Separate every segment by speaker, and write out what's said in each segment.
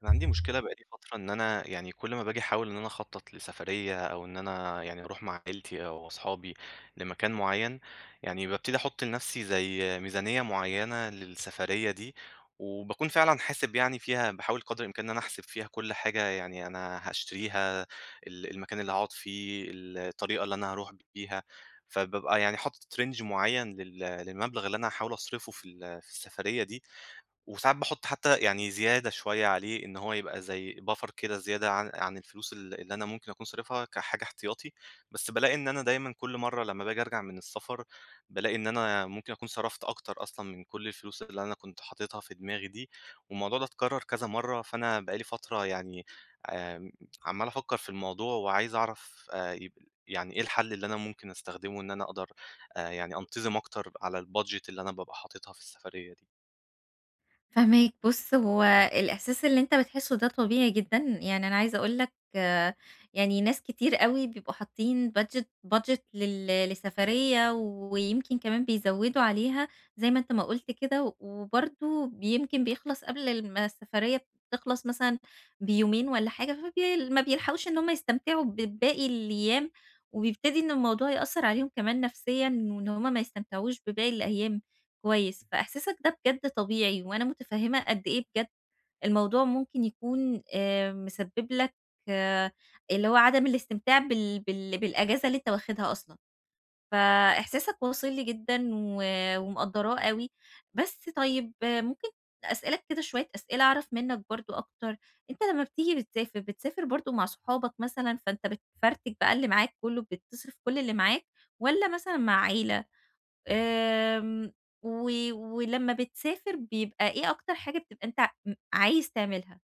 Speaker 1: كان عندي مشكلة بقى لي فترة، إن أنا يعني كل ما باجي أحاول إن أنا أخطط لسفرية، أو إن أنا يعني أروح مع عيلتي أو أصحابي لمكان معين، يعني بابتدي أحط لنفسي زي ميزانية معينة للسفرية دي، وباكون فعلًا حاسب يعني فيها، باحاول قدر الإمكان إن أنا أحسب فيها كل حاجة يعني أنا هاشتريها، المكان اللي هاقعد فيه، الطريقة اللي أنا هاروح بيها، فبابقى يعني حاطط range معين للمبلغ اللي أنا هاحاول أصرفه في السفرية دي. وساعات باحُط حتى يعني زيادة شوية عليه، إن هو يبقى زي buffer كده، زيادة عن الفلوس اللي أنا ممكن أكون صارفها كحاجة احتياطي. بس بالاقي إن أنا دايمًا كل مرّة لمّا باجي أرجع من السفر، بالاقي إن أنا ممكن أكون صرفت أكتر أصلًا من كل الفلوس اللي أنا كنت حاططها في دماغي دي، والموضوع ده اتكرر كذا مرّة. فأنا بقى لي فترة يعني آمم، عمّال أفكّر في الموضوع، وعايز أعرف يب يعني إيه الحل اللي أنا ممكن أستخدمه، إن أنا أقدر يعني أنتظم أكتر على الbudget اللي أنا بابقى حاططها في السفرية دي؟
Speaker 2: فاهماك. بُص، هو الإحساس اللي أنت بتحسّه ده طبيعي جدًا، يعني أنا عايزة أقول لك يعني ناس كتير أوي بيبقوا حاطين budget budget لل لسفرية ويمكن كمان بيزوّدوا عليها زي ما أنت ما قُلت كده، وبرضه يمكن بيخلص قبل ما السفرية تخلص مثلًا بيومين والّا حاجة، ما بيلحقوش إن هم يستمتعوا بباقي الأيام، وبيبتدي إن الموضوع يأثّر عليهم كمان نفسيًا وإن هم ما يستمتعوش بباقي الأيام. كويس، فإحساسك ده بجد طبيعي، وأنا متفهمة قد إيه بجد الموضوع ممكن يكون مسبب لك آه، اللي هو عدم الاستمتاع بالأجازة اللي أنت واخدها أصلًا، فإحساسك واصل لي جدًا ومقدّراه أوي، بس طيب آه، ممكن أسألك كده شوية أسئلة أعرف منك برضه أكتر. أنت لمّا بتيجي بتسافر، بتسافر برضه مع صحابك مثلًا فأنت بتفرتك بقى اللي معاك كله، بتصرف كل اللي معاك، والّا مثلًا مع عيلة؟ آمم، و ولمّا بتسافر بيبقى إيه أكتر حاجة بتبقى أنت عايز تعملها؟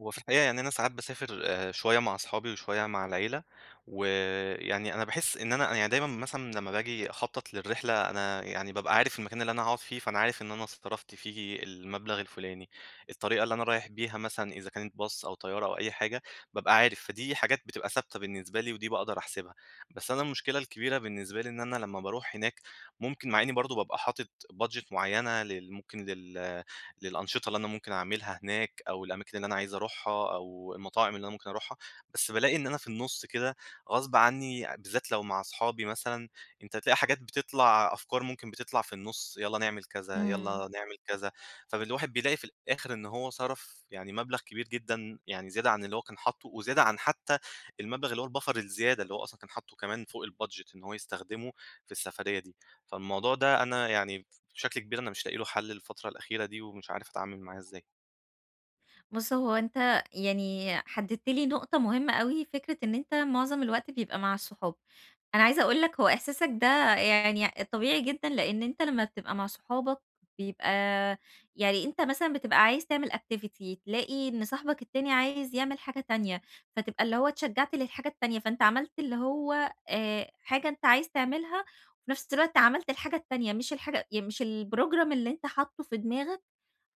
Speaker 1: هو في الحقيقة يعني أنا ساعات باسافر شوية مع أصحابي وشوية مع العيلة، ويعني أنا باحس إن أنا يعني دايمًا، مثلًا لمّا باجي أخطط للرحلة أنا يعني بابقى عارف المكان اللي أنا هاقعد فيه، فأنا عارف إن أنا صرفت فيه المبلغ الفلاني، الطريقة اللي أنا رايح بيها مثلًا إذا كانت باص أو طيارة أو أي حاجة بابقى عارف، فدي حاجات بتبقى ثابتة بالنسبة لي، ودي باقدر أحسبها. بس أنا المشكلة الكبيرة بالنسبة لي إن أنا لمّا باروح هناك، ممكن مع إني برضه بابقى حاطط budget معينة ممكن للأنشطة اللي أنا ممكن أعملها هناك، أو الأماكن اللي أنا عايز أروحها، أو المطاعم اللي أنا ممكن أروحها، بس بالاقي إن أنا في النُص كده غصب عني، بالذات لو مع أصحابي مثلًا، أنت هتلاقي حاجات بتطلع، أفكار ممكن بتطلع في النُص، يالّا نعمل كذا، يالّا
Speaker 2: إمم.
Speaker 1: نعمل كذا، فالواحد بيلاقي في الآخر إن هو صَرَف يعني مبلغ كبير جدًا، يعني زيادة عن اللي هو كان حاطُّه، وزيادة عن حتى المبلغ اللي هو البَفَر الزيادة، اللي هو أصلًا كان حاطُّه كمان فوق البادجت، إن هو يستخدمه في السفرية دي. فالموضوع ده أنا يعني بشكل كبير أنا مش لاقي له حل الفترة الأخيرة دي، ومش عارف أتعامل معاه إزاي.
Speaker 2: بُص، هو أنت يعني حددت لي نقطة مهمة أوي، فكرة إن أنت معظم الوقت بيبقى مع الصحاب. أنا عايزة أقول لك هو إحساسك ده يعني طبيعي جدًا، لإن أنت لمّا بتبقى مع صحابك بيبقى يعني أنت مثلًا بتبقى عايز تعمل activity تلاقي إن صاحبك التاني عايز يعمل حاجة تانية، فتبقى اللي هو اتشجعت للحاجة التانية، فأنت عملت اللي هو حاجة أنت عايز تعملها، وفي نفس الوقت عملت الحاجة التانية، مش الحاجة ي مش الprogram اللي أنت حاطه في دماغك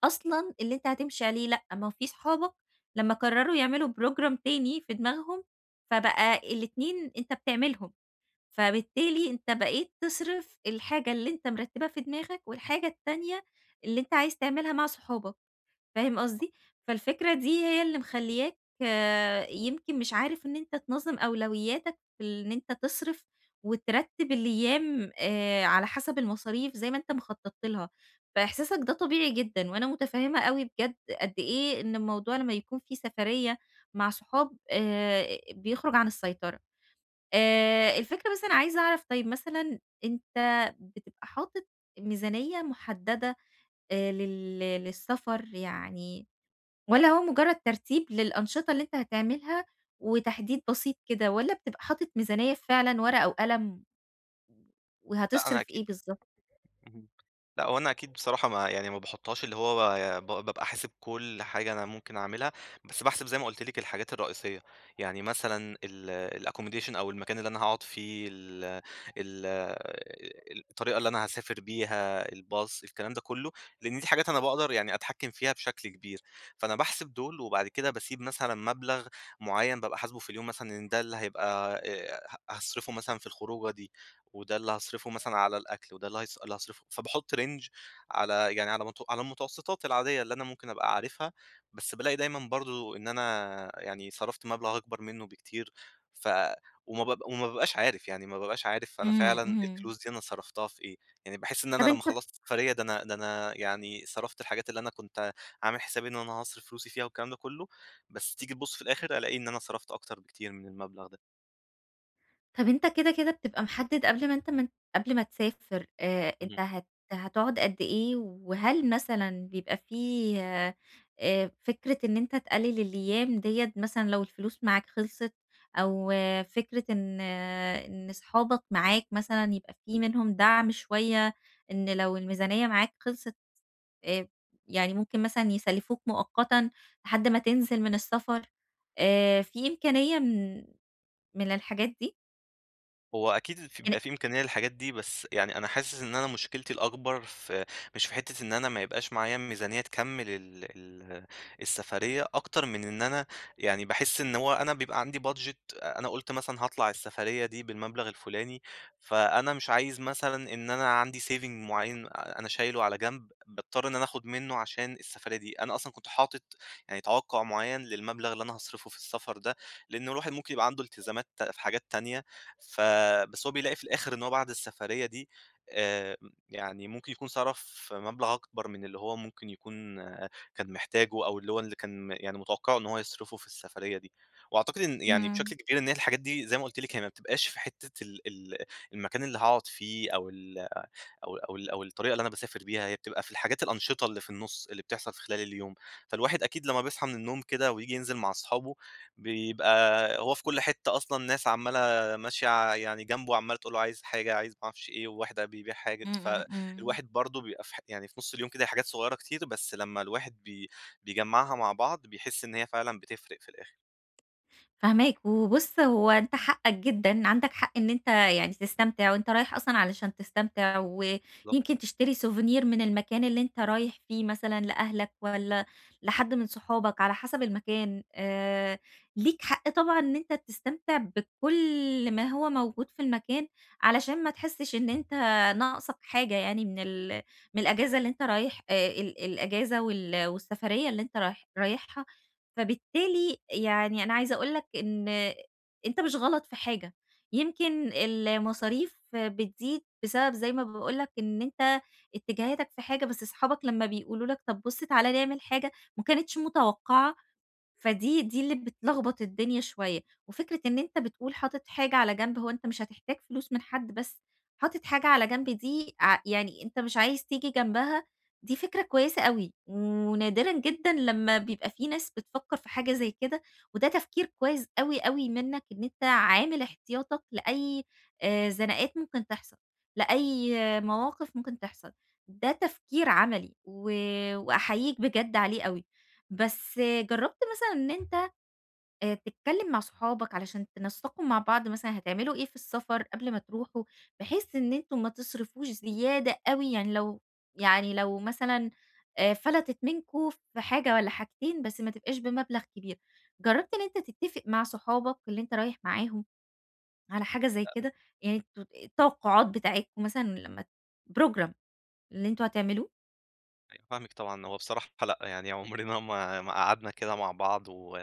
Speaker 2: أصلًا اللي أنت هتمشي عليه لأ، ما هو في صحابك لمّا قرروا يعملوا program تاني في دماغهم، فبقى الاتنين أنت بتعملهم، فبالتالي أنت بقيت تصرف الحاجة اللي أنت مرتبها في دماغك، والحاجة التانية اللي أنت عايز تعملها مع صحابك. فاهم قصدي؟ فالفكرة دي هي اللي مخلّياك آه، يمكن مش عارف إن أنت تنظّم أولوياتك في إن أنت تصرف وترتّب الأيام على حسب المصاريف زي ما أنت مخطّط لها، فإحساسك ده طبيعي جدًا، وأنا متفهّمة أوي بجد قد إيه إن الموضوع لمّا يكون في سفرية مع صحاب بيخرج عن السيطرة. الفكرة بس أنا عايزة أعرف طيب مثلًا أنت بتبقى حاطط ميزانية محددة لل للسفر يعني، والّا هو مجرد ترتيب للأنشطة اللي أنت هتعملها، وتحديد بسيط كده، والّا بتبقى حاطط ميزانية فعلًا ورقة وقلم،
Speaker 1: لأ، أنا
Speaker 2: وهتصرف إيه
Speaker 1: أكيد،
Speaker 2: بالضبط؟
Speaker 1: اهم. لأ، هو أنا أكيد بصراحة ما باحطهاش، اللي هو بابقى حاسب كل حاجة أنا ممكن أعملها، بس باحسب زي ما قُلت لِك الحاجات الرئيسية، يعني مثلًا الaccommodation أو المكان اللي أنا هاقعد فيه، ال ال الطريقة اللي أنا هاسافر بيها، الباص، الكلام ده كله، لإن دي حاجات أنا باقدر يعني أتحكم فيها بشكل كبير. فأنا باحسب دول، وبعد كده باسيب مثلًا مبلغ معيّن بابقى حاسبه في اليوم، مثلًا إن ده اللي هيبقى ه هاصرفه مثلًا في الخروجة دي، وده اللي هاصرفه مثلًا على الأكل، وده اللي هاصرفه، فباحط range على على المتوسطات العادية اللي أنا ممكن أبقى عارفها، بس بالاقي دايمًا برضه إن أنا يعني صرفت مبلغ أكبر منه بكتير. ف وما باب وما بابقاش عارف، يعني ما بابقاش عارف أنا
Speaker 2: إمم،
Speaker 1: فعلًا
Speaker 2: إمم.
Speaker 1: الفلوس دي أنا صرفتها في إيه، يعني باحس إن أنا
Speaker 2: طب
Speaker 1: لمّا
Speaker 2: أنت
Speaker 1: خلّصت السفرية ده، أنا يعني صرفت الحاجات اللي أنا كنت عامل حسابي إن أنا هاصرف فلوسي فيها والكلام ده كله، بس تيجي تبُص في الآخر، ألاقي إن أنا صرفت أكتر بكتير من المبلغ ده.
Speaker 2: طب أنت كده، كده بتبقى محدد قبل ما أنت قبل ما تسافر
Speaker 1: اهم.
Speaker 2: أنت هت هتقعد قد إيه؟ وهل مثلًا بيبقى في فكرة إن أنت تقلل الأيام ديّة مثلًا لو الفلوس معاك خلصت، أو اه فكرة إن اه إن صحابك معاك مثلًا يبقى في منهم دعم شوية، إن لو الميزانية معاك خلصت آآ، يعني ممكن مثلًا يسلفوك مؤقتًا لحد ما تنزل من السفر، في إمكانية من الحاجات دي؟
Speaker 1: هو أكيد
Speaker 2: يعني
Speaker 1: بيبقى في إمكانية للحاجات دي، بس يعني أنا حاسس إن أنا مشكلتي الأكبر مش في حتّة إن أنا ما يبقاش معايا ميزانية تكمّل ال ال السفرية، أكتر من إن أنا يعني باحس إن هو أنا بيبقى عندي budget، أنا قُلت مثلًا هاطلع السفرية دي بالمبلغ الفلاني، فأنا مش عايز مثلًا إن أنا عندي saving معيّن أنا شايله على جنب، باضطر إن أنا آخُد منّه عشان السفرية دي، أنا أصلًا كنت حاطط يعني توقُّع معيّن للمبلغ اللي أنا هاصرفه في السفر ده، لإن الواحد ممكن يبقى عنده التزامات في حاجات تانية. ف بس هو بيلاقي في الآخر إن هو بعد السفرية دي آآ، يعني ممكن يكون صرف مبلغ أكبر من اللي هو ممكن يكون كان محتاجه، أو اللي كان يعني متوقعه إن هو يصرفه في السفرية دي. وأعتقد إن يعني
Speaker 2: إمم.
Speaker 1: بشكل كبير إن هي الحاجات دي زي ما قُلت لِك، هي ما بتبقاش في حتة ال ال المكان اللي هاقعد فيه، أو ال أو أو ال أو الطريقة اللي أنا باسافر بيها، هي بتبقى في الأنشطة اللي في النُص، اللي بتحصل في خلال اليوم. فالواحد أكيد لمّا بيصحى من النوم كده وييجي ينزل مع أصحابه، بيبقى هو في كل حتة أصلًا ناس عمّالة ماشية يعني جنبه، عمّالة تقول له عايز حاجة، عايز ما أعرفش إيه، وواحدة بيبيع حاجة،
Speaker 2: إمم، إمم، إمم،
Speaker 1: فالواحد برضه بيبقى في ح يعني في نُص اليوم كده حاجات صغيرة كتير، بس لمّا الواحد بيجمّعها مع بعض، بيحس إن هي فعلًا بتفرق في الآخر.
Speaker 2: فاهماك، وبُص هو أنت حقك جدًا، عندك حق إن أنت يعني تستمتع وأنت رايح أصلًا علشان تستمتع،
Speaker 1: بالضبط.
Speaker 2: ويمكن تشتري souvenir من المكان اللي أنت رايح فيه مثلًا لأهلك والّا لحد من صحابك على حسب المكان، ليك حق طبعًا إن أنت تستمتع بكل ما هو موجود في المكان، علشان ما تحسش إن أنت ناقصك حاجة يعني من الأجازة اللي أنت رايح ال الأجازة والسفرية اللي أنت رايحها. فبالتالي يعني أنا عايزة أقول لك إن أنت مش غلط في حاجة، يمكن المصاريف بتزيد بسبب زي ما باقول لك إن أنت اتجاهاتك في حاجة، بس أصحابك لمّا بيقولوا لك طب بُص تعالَ نعمل حاجة ما كانتش متوقعة دي اللي بتلخبط الدنيا شوية، وفكرة إن أنت بتقول حاطط حاجة على جنب، هو أنت مش هتحتاج فلوس من حد بس حاطط حاجة على جنب دي يعني أنت مش عايز تيجي جنبها، دي فكرة كويسة أوي، ونادرًا جدًا لمّا بيبقى في ناس بتفكّر في حاجة زي كده، وده تفكير كويس أوي منّك إن أنت عامل احتياطك لأي زنقات ممكن تحصل، لأي آه، مواقف ممكن تحصل، ده تفكير عملي وأحييك بجد عليه أوي. بس جرّبت مثلًا إن أنت تتكلّم مع صحابك علشان تنسّقوا مع بعض مثلًا هتعملوا إيه في السفر قبل ما تروحوا، بحيث إن أنتم ما تصرفوش زيادة أوي، يعني لو مثلًا فلتت منكم في حاجة والّا حاجتين، بس ما تبقاش بمبلغ كبير. جرّبت إن أنت تتّفق مع صحابك اللي أنت رايح معاهم على حاجة زي كده؟ يعني أنتم التوقعات بتاعتكم مثلًا لمّا program اللي أنتم هتعملوه؟
Speaker 1: أيوه فاهمِك طبعًا، هو بصراحة لأ، يعني عمرنا ما قعدنا كده مع بعض،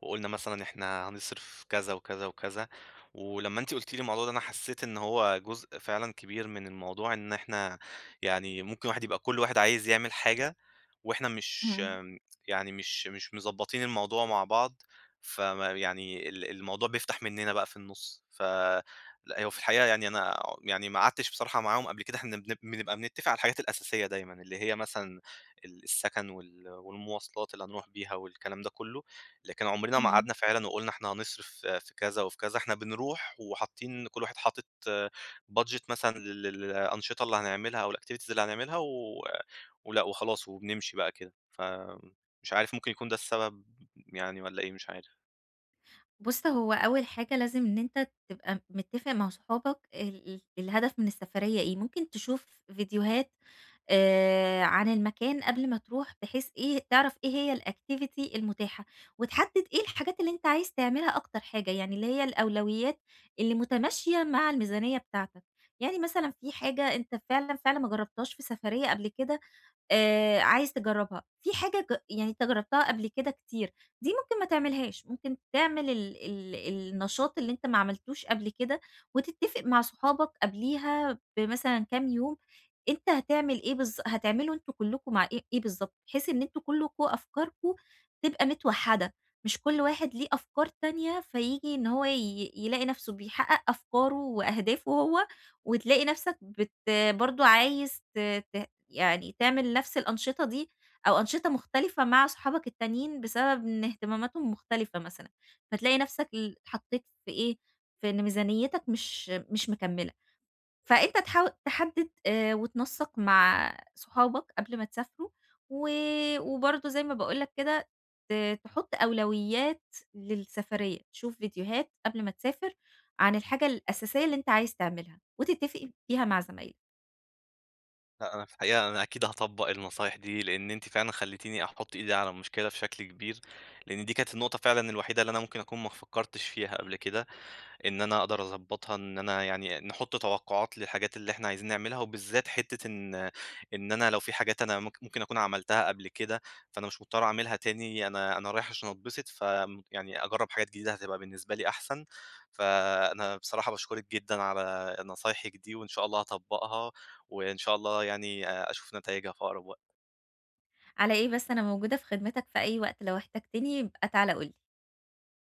Speaker 1: وقُلنا مثلًا إحنا هنصرف كذا وكذا وكذا، ولمّا أنتِ قُلتِ لي الموضوع ده أنا حسيت إن هو جزء فعلًا كبير من الموضوع، إن إحنا يعني ممكن الواحد يبقى كل واحد عايز يعمل حاجة، وإحنا مش
Speaker 2: اهم،
Speaker 1: يعني مش مضبّطين الموضوع مع بعض، يعني الموضوع بيفتح مننا بقى في النُص. لأ، هو في الحقيقة يعني أنا يعني ما قعدتش بصراحة معاهم قبل كده، إحنا بنبقى بنتّفق على الحاجات الأساسية دايمًا، اللي هي مثلًا السَكَن والمواصلات اللي هنروح بيها والكلام ده كُلّه، لكن عمرنا ما
Speaker 2: اهم.
Speaker 1: قعدنا فعلًا وقُلنا إحنا هنصرف في كذا وفي كذا، إحنا بنروح وحاطين كل واحد حاطط budget مثلًا للأنشطة اللي هنعملها أو الactivities اللي هنعملها، ولأ وخلاص وبنمشي بقى كده، فمش عارف ممكن يكون ده السبب يعني، والّا إيه مش عارف.
Speaker 2: بُص، هو أول حاجة لازم إن أنت تبقى متّفق مع صحابك ال ال الهدف من السفرية إيه، ممكن تشوف فيديوهات عن المكان قبل ما تروح بحيث إيه، تعرف إيه هي الactivity المتاحة، وتحدد إيه الحاجات اللي أنت عايز تعملها أكتر حاجة، يعني اللي هي الأولويات اللي متماشية مع الميزانية بتاعتك، يعني مثلًا في حاجة أنت فعلًا ما جربتهاش في سفرية قبل كده عايز تجرّبها، في حاجة يعني أنت جرّبتها قبل كده كتير، دي ممكن ما تعملهاش، ممكن تعمل ال ال النشاط اللي أنت ما عملتوش قبل كده، وتتّفق مع صحابك قبليها بمثلًا كام يوم، أنت هتعمل إيه بالض هتعملوا أنتم كلّكم مع إيه إيه بالضبط، بحيث إن أنتم كلّكم أفكاركم تبقى متوحّدة، مش كل واحد ليه أفكار تانية فييجي إن هو يلاقي نَفْسه بيحقق أفكاره وأهدافه هو، وتلاقي نَفْسك برضه عايز ت ت يعني تعمل نفس الأنشطة دي أو أنشطة مختلفة مع صحابك التانيين بسبب إن اهتماماتهم مختلفة مثلًا، فتلاقي نفسك اتحطيت في إيه، في إن ميزانيتك مش مكمّلة، فأنت تحاول تحدد وتنسّق مع صحابك قبل ما تسافروا، و وبرضه زي ما باقول لك كده ت تحط أولويات للسفرية، تشوف فيديوهات قبل ما تسافر عن الحاجة الأساسية اللي أنت عايز تعملها، وتتفق فيها مع زمايلك.
Speaker 1: لأ أنا في الحقيقة أنا أكيد هاطبّق النصايح دي، لإن أنتِ فعلًا خلّيتيني أحُط إيدي على المشكلة بشكل كبير، لإن دي كانت النقطة فعلًا الوحيدة اللي أنا ممكن أكون ما فكّرتش فيها قبل كده، إن أنا أقدر أضبّطها، إن أنا يعني نحُط توقعات للحاجات اللي إحنا عايزين نعملها، وبالذات حتّة إن أنا لو في حاجات أنا ممكن أكون عملتها قبل كده، فأنا مش مضطر أعملها تاني، أنا رايح عشان أتبسط، يعني أجرّب حاجات جديدة هتبقى بالنسبة لي أحسن. فأنا بصراحة باشكرِك جدًا على نصايحِك دي، وإن شاء الله هاطبّقها، وإن شاء الله يعني أشوف نتايجها في أقرب وقت.
Speaker 2: على إيه بس، أنا موجودة في خدمتك في أي وقت، لو احتجتني يبقى تعالَ قُل لي.